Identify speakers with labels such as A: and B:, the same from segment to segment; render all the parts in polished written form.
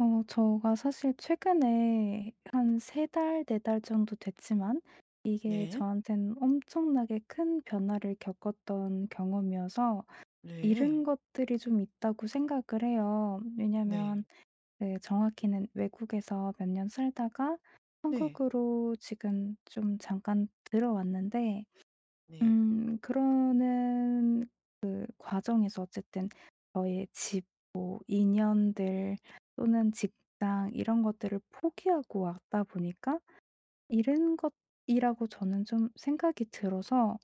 A: 저가 사실 최근에 한 3달 4달 정도 됐지만 이게
B: 네.
A: 저한테는 엄청나게 큰 변화를 겪었던 경험이어서
B: 네.
A: 잃은 것들이 좀 있다고 생각을 해요.
B: 네.
A: 왜냐면 그 정확히는 외국에서 몇 년 살다가
B: 네.
A: 한국으로 지금 좀 잠깐 들어왔는데
B: 네.
A: 그러는 그 과정에서 어쨌든 저의 집 뭐 인연들 또는 직장 이런 것들을 포기하고 왔다 보니까 잃은 것이라고 저는 좀 생각이 들어서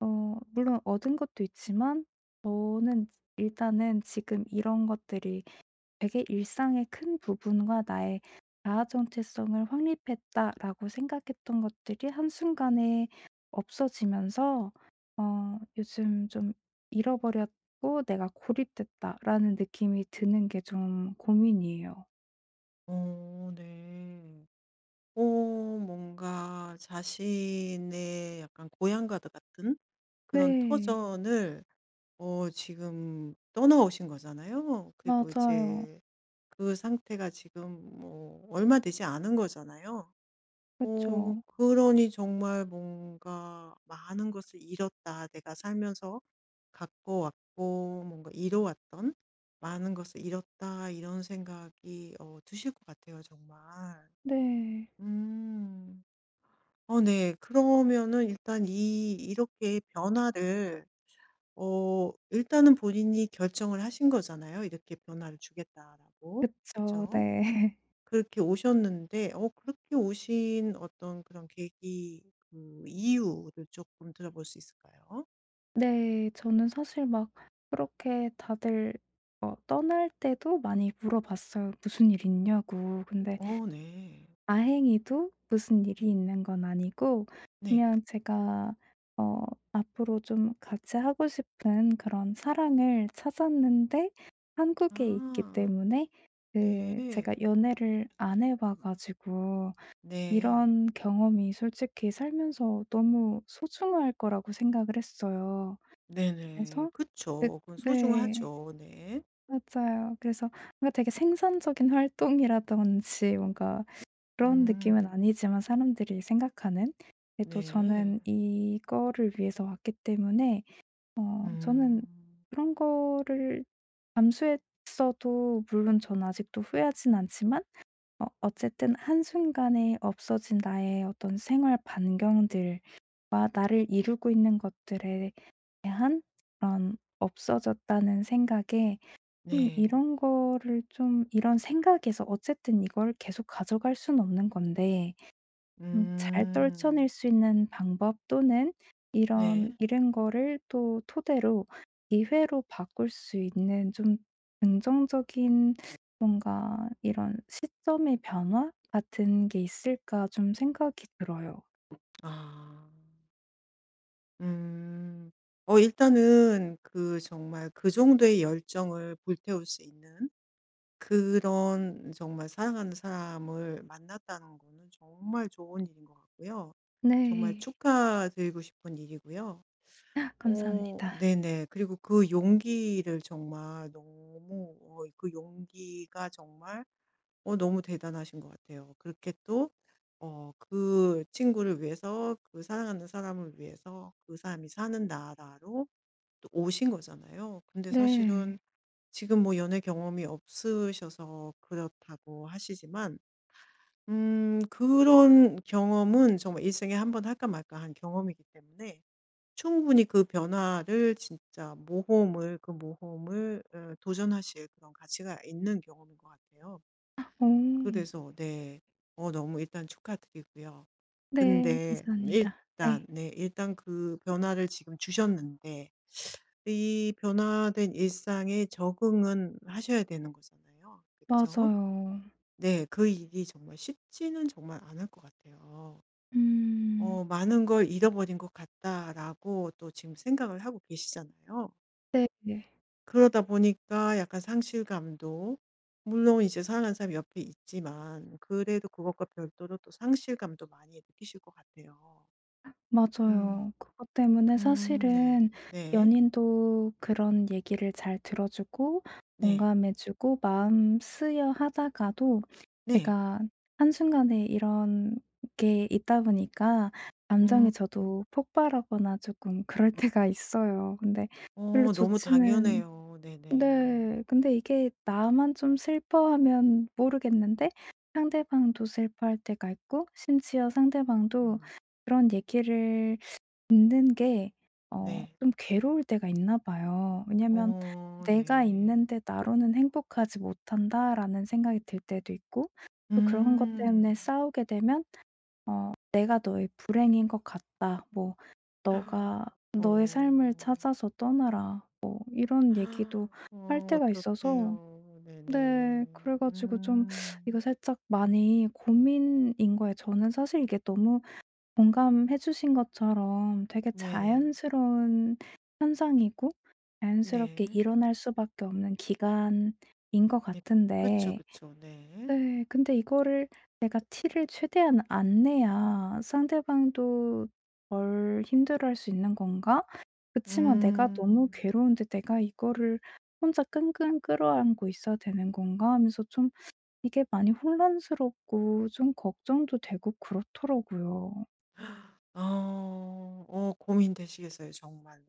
A: 물론 얻은 것도 있지만 저는 일단은 지금 이런 것들이 되게 '일상의 큰 부분과 나의 자아 정체성을 확립했다.'라고 생각했던 것들이 한순간에 없어지면서 요즘 좀 '잃어버렸고 내가 고립됐다.'라는 느낌이 드는 게 좀 고민이에요.
B: 어 네. 뭔가 자신의 약간 고향과도 같은 그런
A: 네.
B: 터전을 지금 떠나오신 거잖아요. 그리고
A: 맞아요.
B: 이제 그 상태가 지금 뭐 얼마 되지 않은 거잖아요.
A: 그쵸.
B: 그러니 정말 뭔가 '많은 것을 잃었다. 내가 살면서 갖고 왔고 뭔가 이뤄왔던 많은 것을 잃었다.' 이런 생각이 드실 것 같아요 정말.
A: 네.
B: 음. 어 네. 그러면은 일단 이 이렇게 변화를 일단은 본인이 결정을 하신 거잖아요. 이렇게 변화를 주겠다라고.
A: 그쵸.
B: 그쵸?
A: 네.
B: 그렇게 오셨는데 그렇게 오신 어떤 그런 계기 그 이유를 조금 들어볼 수 있을까요?
A: 네. 저는 사실 막 그렇게 다들 떠날 때도 많이 물어봤어요. "무슨 일 있냐."고. 근데
B: 어 네.
A: 다행히도 무슨 일이 있는 건 아니고
B: 네.
A: 그냥 제가 어 앞으로 좀 같이 하고 싶은 그런 사랑을 찾았는데 한국에 있기
B: 아
A: 때문에
B: 네.
A: 그 제가 연애를 안 해봐 가지고
B: 네.
A: 이런 경험이 솔직히 살면서 너무 소중할 거라고 생각을 했어요.
B: 네네.
A: 그래서 그
B: 그쵸. 그건
A: 네.
B: 소중하죠. 네.
A: 맞아요. 그래서 뭔가 되게 생산적인 활동이라든지 뭔가 그런 느낌은
B: 음.
A: 아니지만 사람들이 생각하는. 근데 또
B: 네.
A: 저는 이거를 위해서 왔기 때문에 저는
B: 음.
A: 그런 거를 감수했어도 물론 전 아직도 후회하진 않지만 어쨌든 한순간에 없어진 나의 어떤 생활 반경들과 나를 이루고 있는 것들에 대한 그런 없어졌다는 생각에
B: 네.
A: 이런 거를 좀 이런 생각에서 어쨌든 이걸 계속 가져갈 수는 없는 건데 잘 떨쳐낼
B: 음.
A: 수 있는 방법 또는 이런
B: 네.
A: 이런 거를 또 토대로 기회로 바꿀 수 있는 좀 긍정적인 뭔가 이런 시점의 변화 같은 게 있을까 좀 생각이 들어요.
B: 아. 음. 일단은 그 정말 그 정도의 열정을 불태울 수 있는 그런 정말 사랑하는 사람을 만났다는 거는 정말 좋은 일인 것 같고요. 정말
A: 네.
B: 축하드리고 싶은 일이고요. 어
A: 감사합니다.
B: 네네. 그리고 그 용기를 정말 너무 그 용기가 정말 너무 대단하신 것 같아요. 그렇게 또 그 친구를 위해서 그 사랑하는 사람을 위해서 '그 사람이 사는 나라로 또 오신 거잖아요.' 근데
A: 네.
B: 사실은 지금 뭐 연애 경험이 없으셔서 그렇다고 하시지만 그런 경험은 정말 일생에 한 번 할까 말까 한 경험이기 때문에 충분히 그 변화를 진짜 모험을 그 모험을 도전하실 그런 가치가 있는 경험인 것 같아요.
A: 오,
B: 그래서 네. 너무 일단 축하드리고요.
A: 네.
B: 근데
A: 감사합니다.
B: 일단
A: 네.
B: 네 일단 그 변화를 지금 주셨는데 이 변화된 일상에 적응은 하셔야 되는 거잖아요. 그쵸?
A: 맞아요.
B: 네. 그 일이 정말 쉽지는 정말 않을 것 같아요.
A: 음.
B: '많은 걸 잃어버린 것 같다.'라고 또 지금 생각을 하고 계시잖아요.
A: 네.
B: 그러다 보니까 약간 상실감도 물론 이제 사랑하는 사람이 옆에 있지만 그래도 그것과 별도로 또 상실감도 많이 느끼실 것 같아요. 음.
A: 맞아요. 그것 때문에
B: 네.
A: 사실은
B: 네.
A: 연인도 그런 얘기를 잘 들어주고
B: 네.
A: 공감해 주고 마음 쓰여 하다가도
B: 네.
A: 제가 한순간에 이런 게 있다 보니까 감정이
B: 음. 음.
A: 저도 폭발하거나 조금 그럴 때가 있어요. 근데 별로
B: 너무
A: 좋지는
B: 당연해요. 네네.
A: 네. 근데 이게 나만 좀 슬퍼하면 모르겠는데 상대방도 슬퍼할 때가 있고 심지어 상대방도
B: 어,
A: 그런 얘기를 있는 게
B: 네.
A: 좀 괴로울 때가 있나 봐요. 왜냐면
B: 어
A: '내가
B: 네.
A: 있는데 나로는 행복하지 못한다.'라는 생각이 들 때도 있고 또 그런 것
B: 음.
A: 때문에 싸우게 되면 '내가 너의 불행인 것 같다.' 뭐 "너가
B: 어.
A: 너의 삶을 찾아서 떠나라." 뭐 이런 얘기도 할
B: 어
A: 때가 있어서
B: 어떡해요.
A: 네
B: 네네.
A: 그래 가지고 좀 이거
B: 음.
A: 살짝 많이 고민인 거예요. 저는 사실 이게 너무 공감해 주신 것처럼 되게
B: 네네.
A: 자연스러운 현상이고 자연스럽게
B: 네.
A: 일어날 수밖에 없는 기간인 것
B: 네. 그쵸,
A: 같은데
B: 그쵸. 네.
A: 네 근데 이거를 내가 티를 최대한 안 내야 상대방도 덜 힘들어할 수 있는 건가? 그치만 내가 너무
B: 음.
A: 괴로운데 '내가 이거를 혼자 끙끙 끌어안고 있어야 되는 건가?' 하면서 좀 이게 많이 혼란스럽고 좀 걱정도 되고 그렇더라고요.
B: 어. 고민되시겠어요 정말로.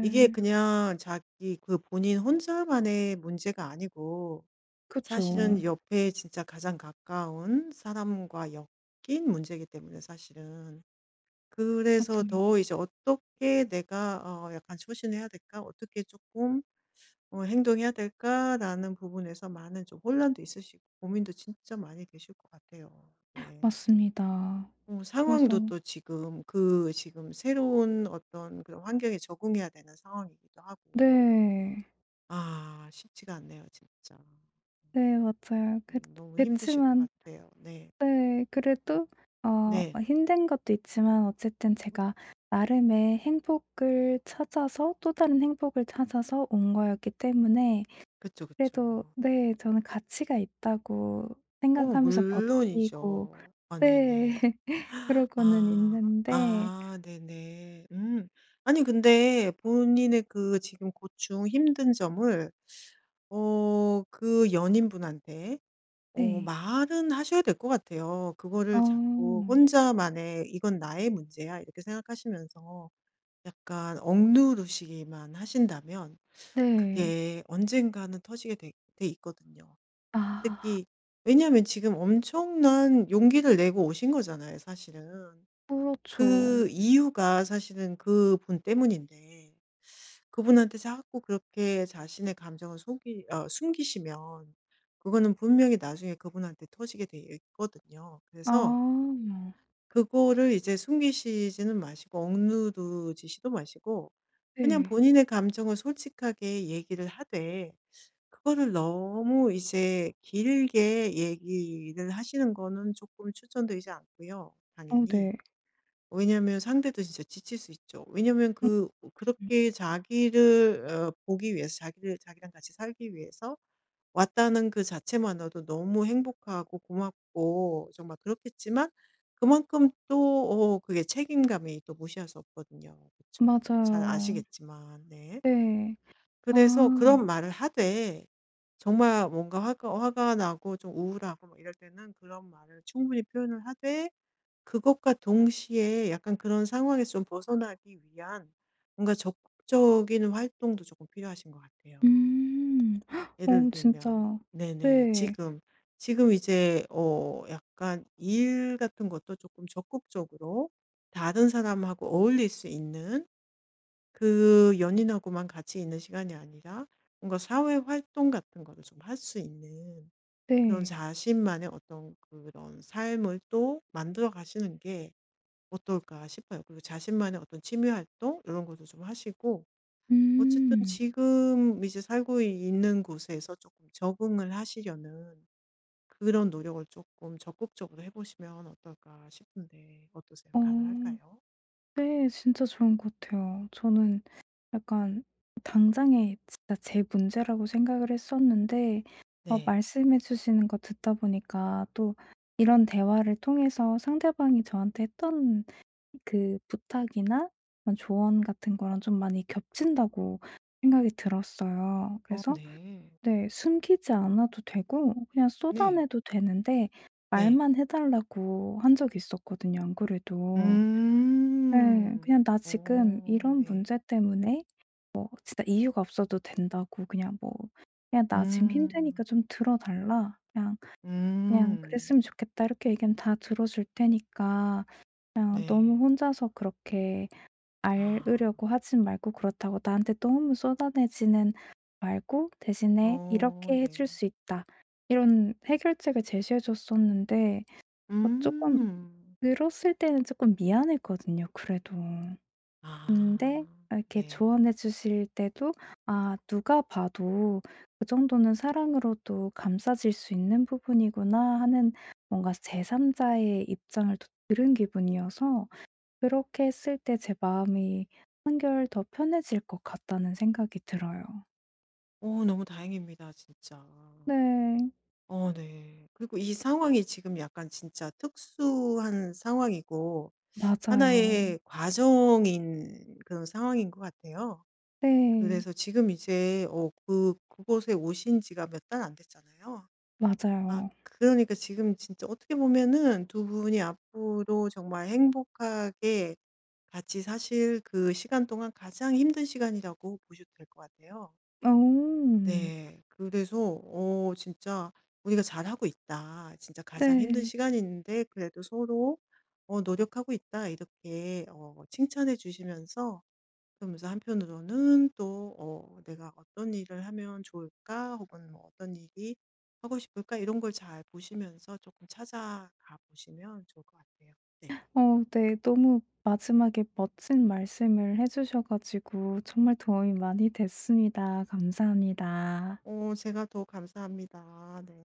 B: 이게 그냥 자기 그 본인 혼자만의 문제가 아니고
A: 그쵸.
B: 사실은 옆에 진짜 가장 가까운 사람과 엮인 문제이기 때문에 사실은. 그래서
A: 맞아요.
B: 더 이제 '어떻게 내가 약간 소신해야 될까? 어떻게 조금 행동해야 될까?'라는 부분에서 많은 좀 혼란도 있으시고 고민도 진짜 많이 되실 것 같아요. 네.
A: 맞습니다.
B: 상황도
A: 그래서
B: 또 지금 그 지금 새로운 어떤 그런 환경에 적응해야 되는 상황이기도 하고
A: 네.
B: 아 쉽지가 않네요 진짜.
A: 네 맞아요. 그지
B: 너무 힘드실 것
A: 그치만
B: 같아요. 네.
A: 네 그래도
B: 네.
A: 뭐 힘든 것도 있지만 어쨌든 제가 나름의 행복을 찾아서 또 다른 행복을 찾아서 온 거였기 때문에
B: 그쵸,
A: 그래도
B: 그쵸.
A: 네 저는 가치가 있다고
B: 어
A: 생각하면서 버티고
B: 물론이죠. 아
A: 네
B: 네네.
A: 그러고는
B: 아.
A: 있는데
B: 아 네네. 음. 아니 근데 본인의 그 지금 고충 힘든 점을 그 연인분한테
A: 네.
B: 말은 하셔야 될 것 같아요. 그거를 자꾸
A: 어
B: 혼자만의 '이건 나의 문제야.' 이렇게 생각하시면서 약간 억누르시기만 하신다면
A: 네.
B: 그게 언젠가는 터지게 돼 있거든요.
A: 아
B: 특히 왜냐하면 지금 엄청난 용기를 내고 오신 거잖아요, 사실은.
A: 그렇죠.
B: 그 이유가 사실은 그분 때문인데 그분한테 자꾸 그렇게 자신의 감정을 속이 숨기시면 그거는 분명히 나중에 그분한테 터지게 돼 있거든요.
A: 아.
B: 그래서 그거를 이제 숨기시지는 마시고 억누르시지도 마시고 그냥
A: 네.
B: 본인의 감정을 솔직하게 얘기를 하되 그거를 너무 이제 길게 얘기를 하시는 거는 조금 추천드리지 않고요,
A: 어
B: 당연히.
A: 네.
B: 왜냐면 상대도 진짜 지칠 수 있죠. 왜냐면 그
A: 음음.
B: 그렇게 자기를 보기 위해서 자기를 자기랑 같이 살기 위해서 왔다는 그 자체만으로도 너무 행복하고 고맙고 정말 그렇겠지만 그만큼 또 그게 책임감이 또 무시할 수 없거든요. 그렇죠 잘
A: 맞아요.
B: 아시겠지만. 네.
A: 네.
B: 그래서
A: 아.
B: 그런 말을 하되 정말 뭔가 화가 나고 좀 우울하고 막 이럴 때는 그런 말을 충분히 표현을 하되 그것과 동시에 약간 그런 상황에서 좀 벗어나기 위한 뭔가 적극적인 활동도 조금 필요하신 것 같아요.
A: 음.
B: 예를
A: 어 진짜
B: 들면 네네.
A: 네.
B: 지금 지금 이제 약간 일 같은 것도 조금 적극적으로 다른 사람하고 어울릴 수 있는 그 연인하고만 같이 있는 시간이 아니라 뭔가 사회 활동 같은 거를 좀 할 수 있는 그런
A: 네.
B: 자신만의 어떤 그런 삶을 또 만들어 가시는 게 어떨까 싶어요. 그리고 자신만의 어떤 취미 활동 이런 것도 좀 하시고 어쨌든
A: 음.
B: 지금 이제 살고 있는 곳에서 조금 적응을 하시려는 그런 노력을 조금 적극적으로 해보시면 어떨까 싶은데 어떠세요?
A: 어
B: 가능할까요?
A: 네. 진짜 좋은 것 같아요. 저는 약간 당장에 진짜 제 문제라고 생각을 했었는데
B: 네.
A: 말씀해 주시는 거 듣다 보니까 또 이런 대화를 통해서 상대방이 저한테 했던 그 부탁이나 그런 조언 같은 거랑 좀 많이 겹친다고 생각이 들었어요.
B: 어,
A: 그래서
B: 네.
A: 네 숨기지 않아도 되고 그냥
B: 네.
A: 쏟아내도 되는데
B: 네.
A: 말만 해 달라고 한 적이 있었거든요 안 그래도. 네.
B: 음.
A: 그냥 "나 지금
B: 어
A: 이런
B: 네.
A: 문제 때문에" 뭐 진짜 이유가 없어도 된다고 그냥 뭐 "그냥 나 지금
B: 음.
A: 힘드니까 좀 들어 달라. 그냥
B: 음.
A: 그랬으면 좋겠다." 이렇게 얘기하면 다 들어 줄 테니까 "그냥 너무
B: 네.
A: 혼자서 그렇게
B: 아.
A: 알으려고 하진 말고 그렇다고 나한테 너무 쏟아내지는 말고 대신에
B: 어
A: "이렇게 해줄
B: 네.
A: 수 있다." 이런 해결책을 제시해 줬었는데 어금끔
B: 음.
A: 들었을 때는 조금 미안했거든요 그래도. 근데
B: 아
A: 아 이렇게
B: 네.
A: 조언해 주실 때도 아 누가 봐도 '그 정도는 사랑으로도 감싸질 수 있는 부분이구나.' 하는 뭔가 제3 자의 입장을 또 들은 기분이어서 그렇게 했을 때 제 마음이 한결 더 편해질 것 같다는 생각이 들어요.
B: 너무 다행입니다 진짜.
A: 네.
B: 어 네. 그리고 이 상황이 지금 약간 진짜 특수한 상황이고
A: 맞아요.
B: 하나의 과정인 그런 상황인 것 같아요.
A: 네.
B: 그래서 지금 이제 그 그곳에 오신 지가 몇 달 안 됐잖아요. 아
A: 맞아요.
B: 그러니까 지금 진짜 어떻게 보면은 두 분이 앞으로 정말 행복하게 같이 사실 그 시간 동안 가장 힘든 시간이라고 보셔도 될 것 같아요.
A: 어.
B: 네. 그래서 진짜 '우리가 잘하고 있다. 진짜 가장 힘든
A: 네.
B: 시간인데 그래도 서로 노력하고 있다.' 이렇게 칭찬해 주시면서 그러면서 한편으로는 또 '내가 어떤 일을 하면 좋을까?' 혹은 뭐 '어떤 일이 하고 싶을까?' 이런 걸 잘 보시면서 조금 찾아가 보시면 좋을 것 같아요. 네.
A: 어 네. 너무 마지막에 멋진 말씀을 해 주셔 가지고 정말 도움이 많이 됐습니다. 감사합니다.
B: 제가 더 감사합니다. 네.